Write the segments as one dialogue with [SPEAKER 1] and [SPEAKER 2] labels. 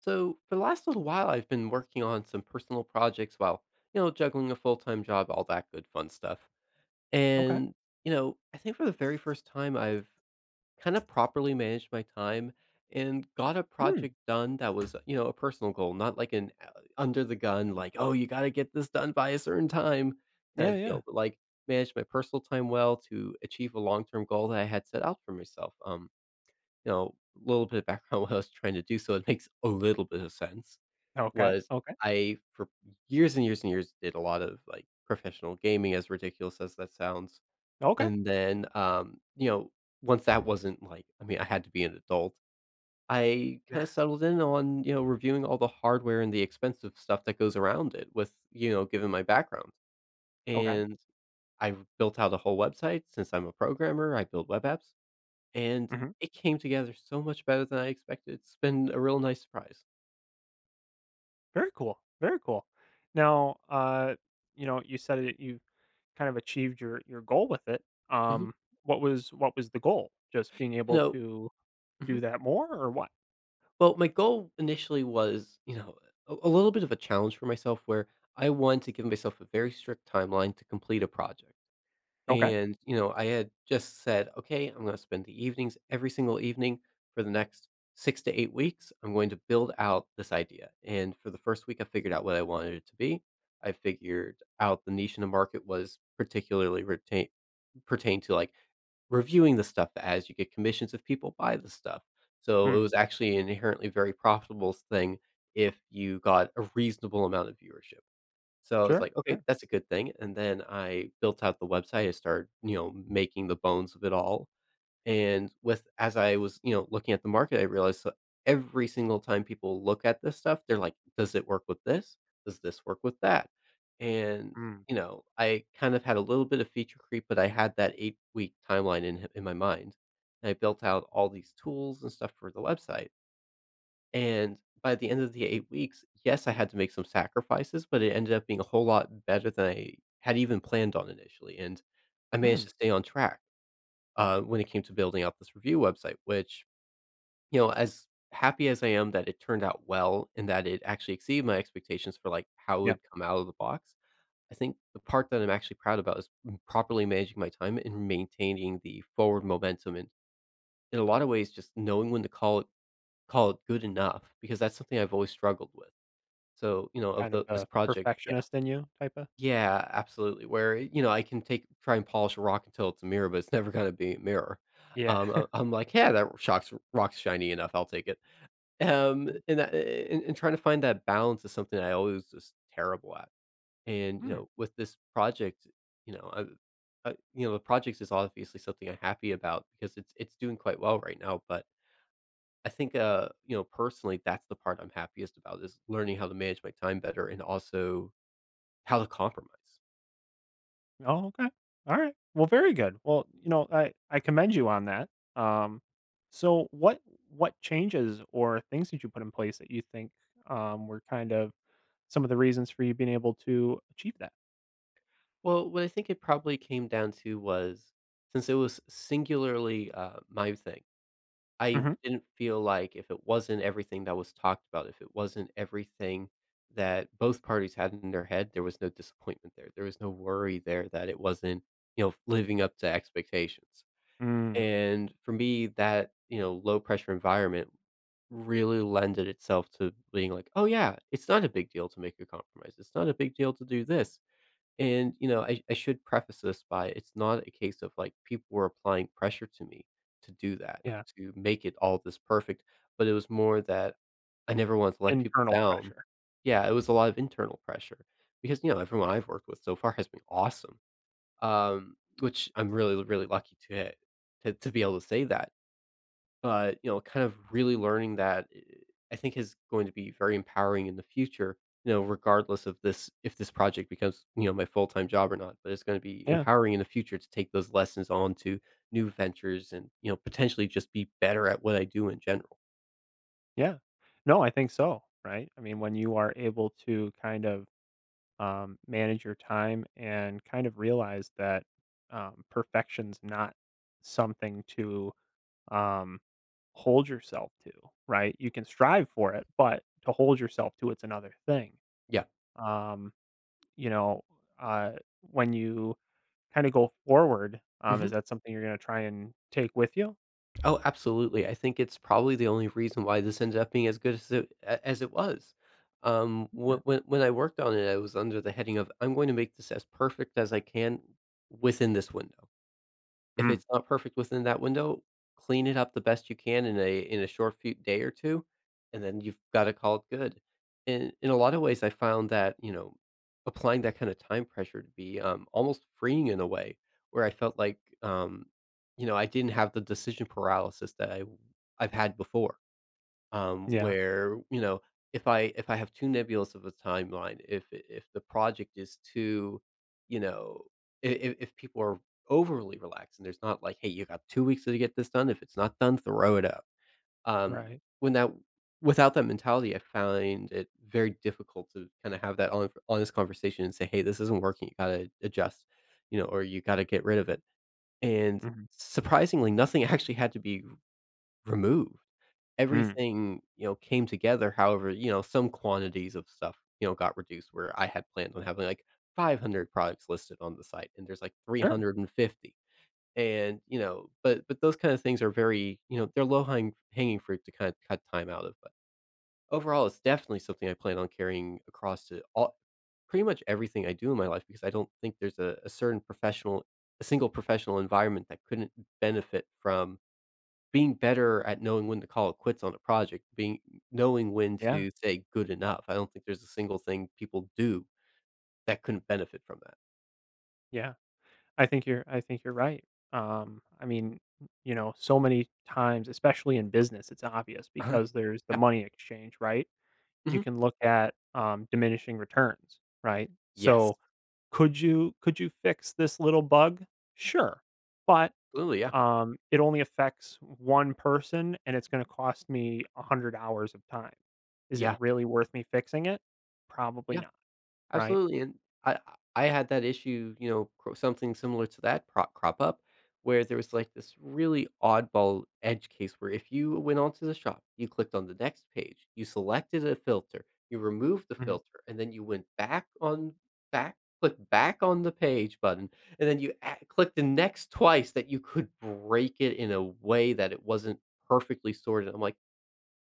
[SPEAKER 1] So for the last little while, I've been working on some personal projects while, you know, juggling a full time job, all that good fun stuff.
[SPEAKER 2] Okay.
[SPEAKER 1] And, you know, I think for the very first time, I've kind of properly managed my time and got a
[SPEAKER 2] Mm.
[SPEAKER 1] project done that was, you know, a personal goal, not like an under the gun, like, oh, you got to get this done by a certain time kind
[SPEAKER 2] Yeah,
[SPEAKER 1] of
[SPEAKER 2] yeah.
[SPEAKER 1] deal, but like managed my personal time well to achieve a long term goal that I had set out for myself. You know, a little bit of background what I was trying to do, so it makes a little bit of sense
[SPEAKER 2] Okay.
[SPEAKER 1] was
[SPEAKER 2] Okay.
[SPEAKER 1] I for years and years and years did a lot of, like, professional gaming, as ridiculous as that sounds,
[SPEAKER 2] Okay.
[SPEAKER 1] and then, you know, once that wasn't like I mean, I had to be an adult. I
[SPEAKER 2] Yeah.
[SPEAKER 1] kinda settled in on, you know, reviewing all the hardware and the expensive stuff that goes around it with, you know, given my background,
[SPEAKER 2] Okay.
[SPEAKER 1] and I built out a whole website since I'm a programmer, I build web apps, and
[SPEAKER 2] Hmm.
[SPEAKER 1] it came together so much better than I expected. It's been a real nice surprise.
[SPEAKER 2] Very cool. Very cool. Now, you said that you kind of achieved your goal with it.
[SPEAKER 1] Mhm.
[SPEAKER 2] Um, what was the goal? Just being
[SPEAKER 1] You
[SPEAKER 2] able
[SPEAKER 1] know
[SPEAKER 2] to do
[SPEAKER 1] mhm.
[SPEAKER 2] that more, or what?
[SPEAKER 1] Well, my goal initially was, you know, a little bit of a challenge for myself where I wanted to give myself a very strict timeline to complete a project.
[SPEAKER 2] Okay.
[SPEAKER 1] And, you know, I had just said, okay, I'm going to spend the evenings every single evening for the next 6 to 8 weeks. I'm going to build out this idea. And for the first week, I figured out what I wanted it to be. I figured out the niche in the market was particularly retain, pertain to like reviewing the stuff as you get commissions if people buy the stuff. So it
[SPEAKER 2] Mm.
[SPEAKER 1] was actually an inherently very profitable thing if you got a reasonable amount of viewership. So I was
[SPEAKER 2] Sure.
[SPEAKER 1] like, okay,
[SPEAKER 2] Sure.
[SPEAKER 1] that's a good thing. And then I built out the website. I started, you know, making the bones of it all. And with as I was, you know, looking at the market, I realized that every single time people look at this stuff, they're like, does it work with this? Does this work with that? And,
[SPEAKER 2] Mm.
[SPEAKER 1] you know, I kind of had a little bit of feature creep, but I had that 8 week timeline in my mind. And I built out all these tools and stuff for the website. And by the end of the 8 weeks, yes, I had to make some sacrifices, but it ended up being a whole lot better than I had even planned on initially. And I managed
[SPEAKER 2] Mm.
[SPEAKER 1] to stay on track when it came to building out this review website, which, you know, as happy as I am that it turned out well and that it actually exceeded my expectations for like how it
[SPEAKER 2] Yeah.
[SPEAKER 1] would come out of the box, I think the part that I'm actually proud about is properly managing my time and maintaining the forward momentum and in a lot of ways just knowing when to call it good enough because that's something I've always struggled with. So, you know, of
[SPEAKER 2] Kind of
[SPEAKER 1] the this
[SPEAKER 2] a
[SPEAKER 1] project, yeah.
[SPEAKER 2] perfectionist in you, type of.
[SPEAKER 1] Yeah, absolutely, where, you know, I can take try and polish a rock until it's a mirror, but it's never gonna be a mirror.
[SPEAKER 2] Yeah.
[SPEAKER 1] I'm like, "Yeah, that shocks rock's shiny enough, I'll take it."
[SPEAKER 2] Yeah.
[SPEAKER 1] And that and trying to find that balance is something I always was terrible at, and, you
[SPEAKER 2] Mm.
[SPEAKER 1] know, with this project, you know, I you know, the project is obviously something I'm happy about because it's doing quite well right now, but I think, you know, personally, that's the part I'm happiest about is learning how to manage my time better and also how to compromise.
[SPEAKER 2] Oh, okay. All right. Well, very good. Well, I commend you on that. Um, so what changes or things did you put in place that you think were kind of some of the reasons for you being able to achieve that?
[SPEAKER 1] Well, what I think it probably came down to was since it was singularly my thing, I
[SPEAKER 2] Hmm.
[SPEAKER 1] didn't feel like if it wasn't everything that was talked about, if it wasn't everything that both parties had in their head, there was no disappointment there. There was no worry there that it wasn't, you know, living up to expectations.
[SPEAKER 2] Mm,
[SPEAKER 1] And for me, that, you know, low pressure environment really lended itself to being like, "Oh, yeah, it's not a big deal to make a compromise. It's not a big deal to do this." And, you know, I should preface this by it's not a case of, like, people were applying pressure to me to do that,
[SPEAKER 2] yeah.
[SPEAKER 1] to make it all this perfect, but it was more that I never wanted to let people
[SPEAKER 2] Internal
[SPEAKER 1] down.
[SPEAKER 2] pressure.
[SPEAKER 1] Yeah, it was a lot of internal pressure because, you know, everyone I've worked with so far has been awesome, which I'm really, really lucky to, to be able to say that. But you know, kind of really learning that, I think is going to be very empowering in the future. You know, regardless of this, if this project becomes you know my full time job or not, but it's going to be
[SPEAKER 2] Yeah.
[SPEAKER 1] empowering in the future to take those lessons on to new ventures and you know potentially just be better at what I do in general.
[SPEAKER 2] Yeah. No, I think so. Right. I mean, when you are able to kind of manage your time and kind of realize that perfection's not something to um, hold yourself to, right? You can strive for it, but to hold yourself to it's another thing.
[SPEAKER 1] Yeah.
[SPEAKER 2] Um, you know, uh, when you kind of go forward, is
[SPEAKER 1] Mhm.
[SPEAKER 2] that something you're going to try and take with you?
[SPEAKER 1] Oh, absolutely. I think it's probably the only reason why this ended up being as good as as it was. When
[SPEAKER 2] Yeah.
[SPEAKER 1] when when I worked on it, I was under the heading of I'm going to make this as perfect as I can within this window. If
[SPEAKER 2] Mm,
[SPEAKER 1] it's not perfect within that window, clean it up the best you can in a short few day or 2, and then you've gotta call it good. In a lot of ways, I found that, you know, applying that kind of time pressure to be, almost freeing in a way where I felt like, you know, I didn't have the decision paralysis that I've had before
[SPEAKER 2] yeah.
[SPEAKER 1] where you know if I have too nebulous of a timeline, if the project is too, you know, if people are overly relaxed and there's not like, hey, you got 2 weeks to get this done. If it's not done, throw it up. Um,
[SPEAKER 2] Right.
[SPEAKER 1] when that Without that mentality, I find it very difficult to kind of have that honest conversation and say, hey, this isn't working. You gotta adjust, you know, or you gotta get rid of it. And
[SPEAKER 2] Hmm.
[SPEAKER 1] surprisingly, nothing actually had to be removed
[SPEAKER 2] Mm,
[SPEAKER 1] everything, you know, came together. However, you know, some quantities of stuff, you know, got reduced where I had planned on having like 500 products listed on the site and there's like
[SPEAKER 2] sure.
[SPEAKER 1] 350. And, you know, but those kind of things are very, you know, they're hanging fruit to kind of cut time out of. But overall, it's definitely something I plan on carrying across to all pretty much everything I do in my life because I don't think there's a certain professional, a single professional environment that couldn't benefit from being better at knowing when to call it quits on a project, being knowing when
[SPEAKER 2] Yeah.
[SPEAKER 1] to say good enough. I don't think there's a single thing people do that couldn't benefit from that.
[SPEAKER 2] Yeah. I think you're right. I mean, so many times, especially in business, it's obvious
[SPEAKER 1] Uh-huh.
[SPEAKER 2] because there's the
[SPEAKER 1] Yeah.
[SPEAKER 2] money exchange, right? You
[SPEAKER 1] Mhm.
[SPEAKER 2] can look at diminishing returns, right?
[SPEAKER 1] Yes.
[SPEAKER 2] So could you fix this little bug? Sure, but,
[SPEAKER 1] Absolutely. Yeah.
[SPEAKER 2] it only affects 1 person, and it's gonna cost me 100 hours of time. Is it
[SPEAKER 1] Yeah.
[SPEAKER 2] really worth me fixing it? Probably
[SPEAKER 1] Yeah.
[SPEAKER 2] not, right?
[SPEAKER 1] Absolutely, and I I had that issue, you know, cro something similar to that pro crop up, where there was, like, this really oddball edge case where if you went onto the shop, you clicked on the next page, you selected a filter, you removed the
[SPEAKER 2] Mhm.
[SPEAKER 1] filter, and then you went back on back back on the page button, and then you a clicked the next twice that you could break it in a way that it wasn't perfectly sorted. I'm like,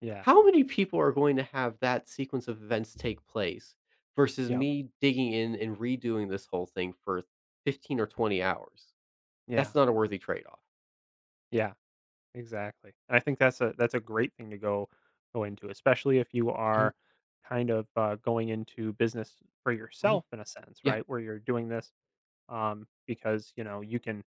[SPEAKER 2] Yeah.
[SPEAKER 1] how many people are going to have that sequence of events take place versus
[SPEAKER 2] Yep.
[SPEAKER 1] me digging in and redoing this whole thing for 15 or 20 hours? That's
[SPEAKER 2] Yeah.
[SPEAKER 1] not a worthy trade-off.
[SPEAKER 2] Yeah. Exactly. And I think that's a great thing to go into, especially if you
[SPEAKER 1] Mhm,
[SPEAKER 2] are kind of, going into business for
[SPEAKER 1] mhm.
[SPEAKER 2] yourself in a sense,
[SPEAKER 1] Yeah,
[SPEAKER 2] right? Where you're doing this, because, you can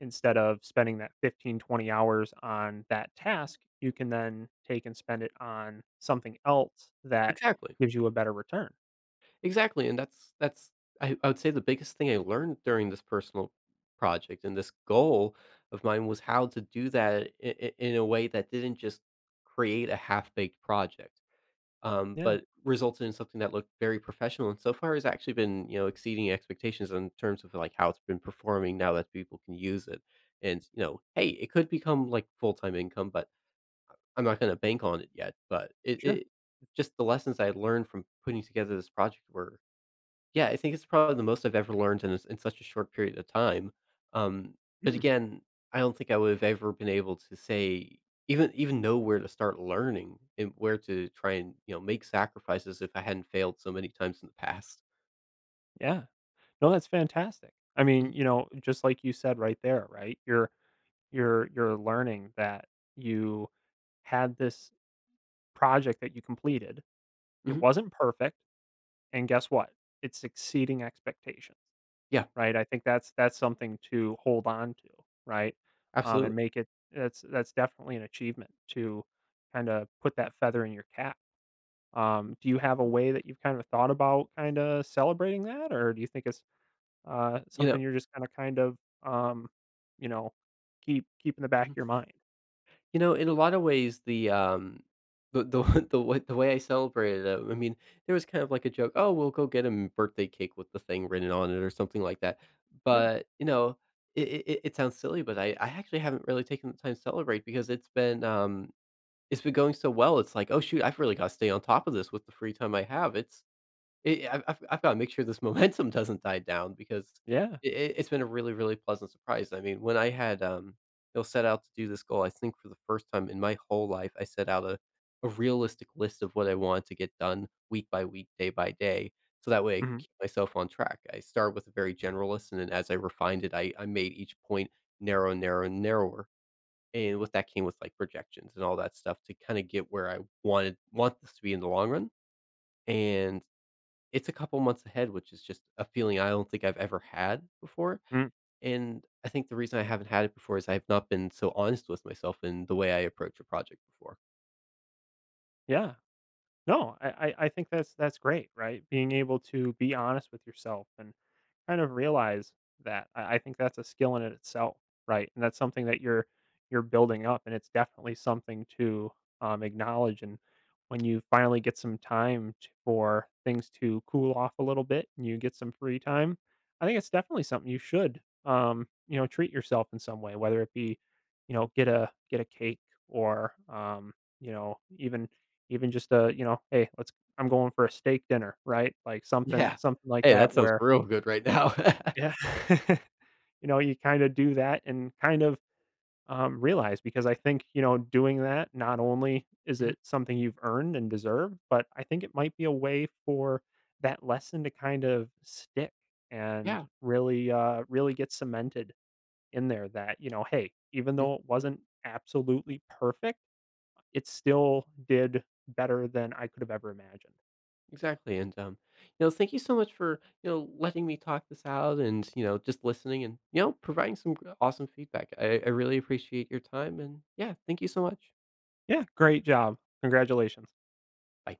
[SPEAKER 2] instead of spending that 15-20 hours on that task, you can then take and spend it on something else that
[SPEAKER 1] exactly.
[SPEAKER 2] gives you a better return.
[SPEAKER 1] Exactly, and that's I would say the biggest thing I learned during this personal project and this goal of mine was how to do that I in a way that didn't just create a half-baked project.
[SPEAKER 2] Yeah.
[SPEAKER 1] But resulted in something that looked very professional and so far has actually been you know exceeding expectations in terms of like how it's been performing now that people can use it and you know hey it could become like full-time income but I'm not going to bank on it yet but it,
[SPEAKER 2] Sure.
[SPEAKER 1] it just the lessons I learned from putting together this project were yeah, I think it's probably the most I've ever learned in a s in such a short period of time, um, but
[SPEAKER 2] Mm,
[SPEAKER 1] again, I don't think I would have ever been able to say even know where to start learning and where to try and, you know, make sacrifices if I hadn't failed so many times in the past.
[SPEAKER 2] yeah. No, that's fantastic. I mean,
[SPEAKER 1] Mhm,
[SPEAKER 2] just like you said right there, right? You're learning that you had this project that you completed, it
[SPEAKER 1] mhm,
[SPEAKER 2] wasn't perfect, and guess what? It's exceeding expectations,
[SPEAKER 1] yeah,
[SPEAKER 2] right? I think that's something to hold on to, right? And
[SPEAKER 1] absolutely,
[SPEAKER 2] make it that's definitely an achievement to kind of put that feather in your cap. Do you have a way that you've kind of thought about kind of celebrating that, or do you think it's
[SPEAKER 1] you know
[SPEAKER 2] something you're just kind of um, you know keep in the back of your mind?
[SPEAKER 1] You know, in a lot of ways, the the way I celebrated it, I mean, there was kind of like a joke, "Oh, we'll go get him birthday cake with the thing written on it," or something like that,
[SPEAKER 2] Yeah,
[SPEAKER 1] but, you know, it sounds silly, but I actually haven't really taken the time to celebrate because it's been going so well, it's like, "Oh, shoot, I've really gotta stay on top of this with the free time I have." I I've gotta make sure this momentum doesn't die down because
[SPEAKER 2] yeah.
[SPEAKER 1] I it's been a really, really pleasant surprise. I mean, when you know, set out to do this goal, I think for the first time in my whole life, I set out a realistic list of what I wanted to get done week by week, day by day, so that way I could
[SPEAKER 2] Hmm.
[SPEAKER 1] keep myself on track. I started with a very general list, and then as I refined it, I made each point narrow, narrow, and narrower, and with that came with, like, projections and all that stuff to kinda get where I want this to be in the long run, and it's a couple months ahead, which is just a feeling I don't think I've ever had before,
[SPEAKER 2] Mm.
[SPEAKER 1] and I think the reason I haven't had it before is I have not been so honest with myself in the way I approach a project before.
[SPEAKER 2] Yeah. No, I think that's great, right? Being able to be honest with yourself and kind of realize that. I think that's a skill in it itself, right? And that's something that you're building up, and it's definitely something to acknowledge. And when you finally get some time t for things to cool off a little bit, and you get some free time, I think it's definitely something you should, treat yourself in some way, whether it be, get a cake, or, you know, even even just hey, let's I'm going for a steak dinner, right? Like something
[SPEAKER 1] Yeah.
[SPEAKER 2] something like
[SPEAKER 1] Hey, that
[SPEAKER 2] that,
[SPEAKER 1] sounds
[SPEAKER 2] where
[SPEAKER 1] real good right now.
[SPEAKER 2] yeah. You kinda do that and kind of, realize, because I think, doing that, not only is
[SPEAKER 1] Mhm.
[SPEAKER 2] it something you've earned and deserved, but I think it might be a way for that lesson to kind of stick and
[SPEAKER 1] Yeah.
[SPEAKER 2] really, really get cemented in there that, hey, even
[SPEAKER 1] Mhm.
[SPEAKER 2] though it wasn't absolutely perfect, it still did better than I could have ever imagined.
[SPEAKER 1] Exactly, and, you know, thank you so much for, you know, letting me talk this out and, you know, just listening and, you know, providing some g awesome feedback. I really appreciate your time, and yeah, thank you so much.
[SPEAKER 2] Yeah, great job. Congratulations.
[SPEAKER 1] Bye.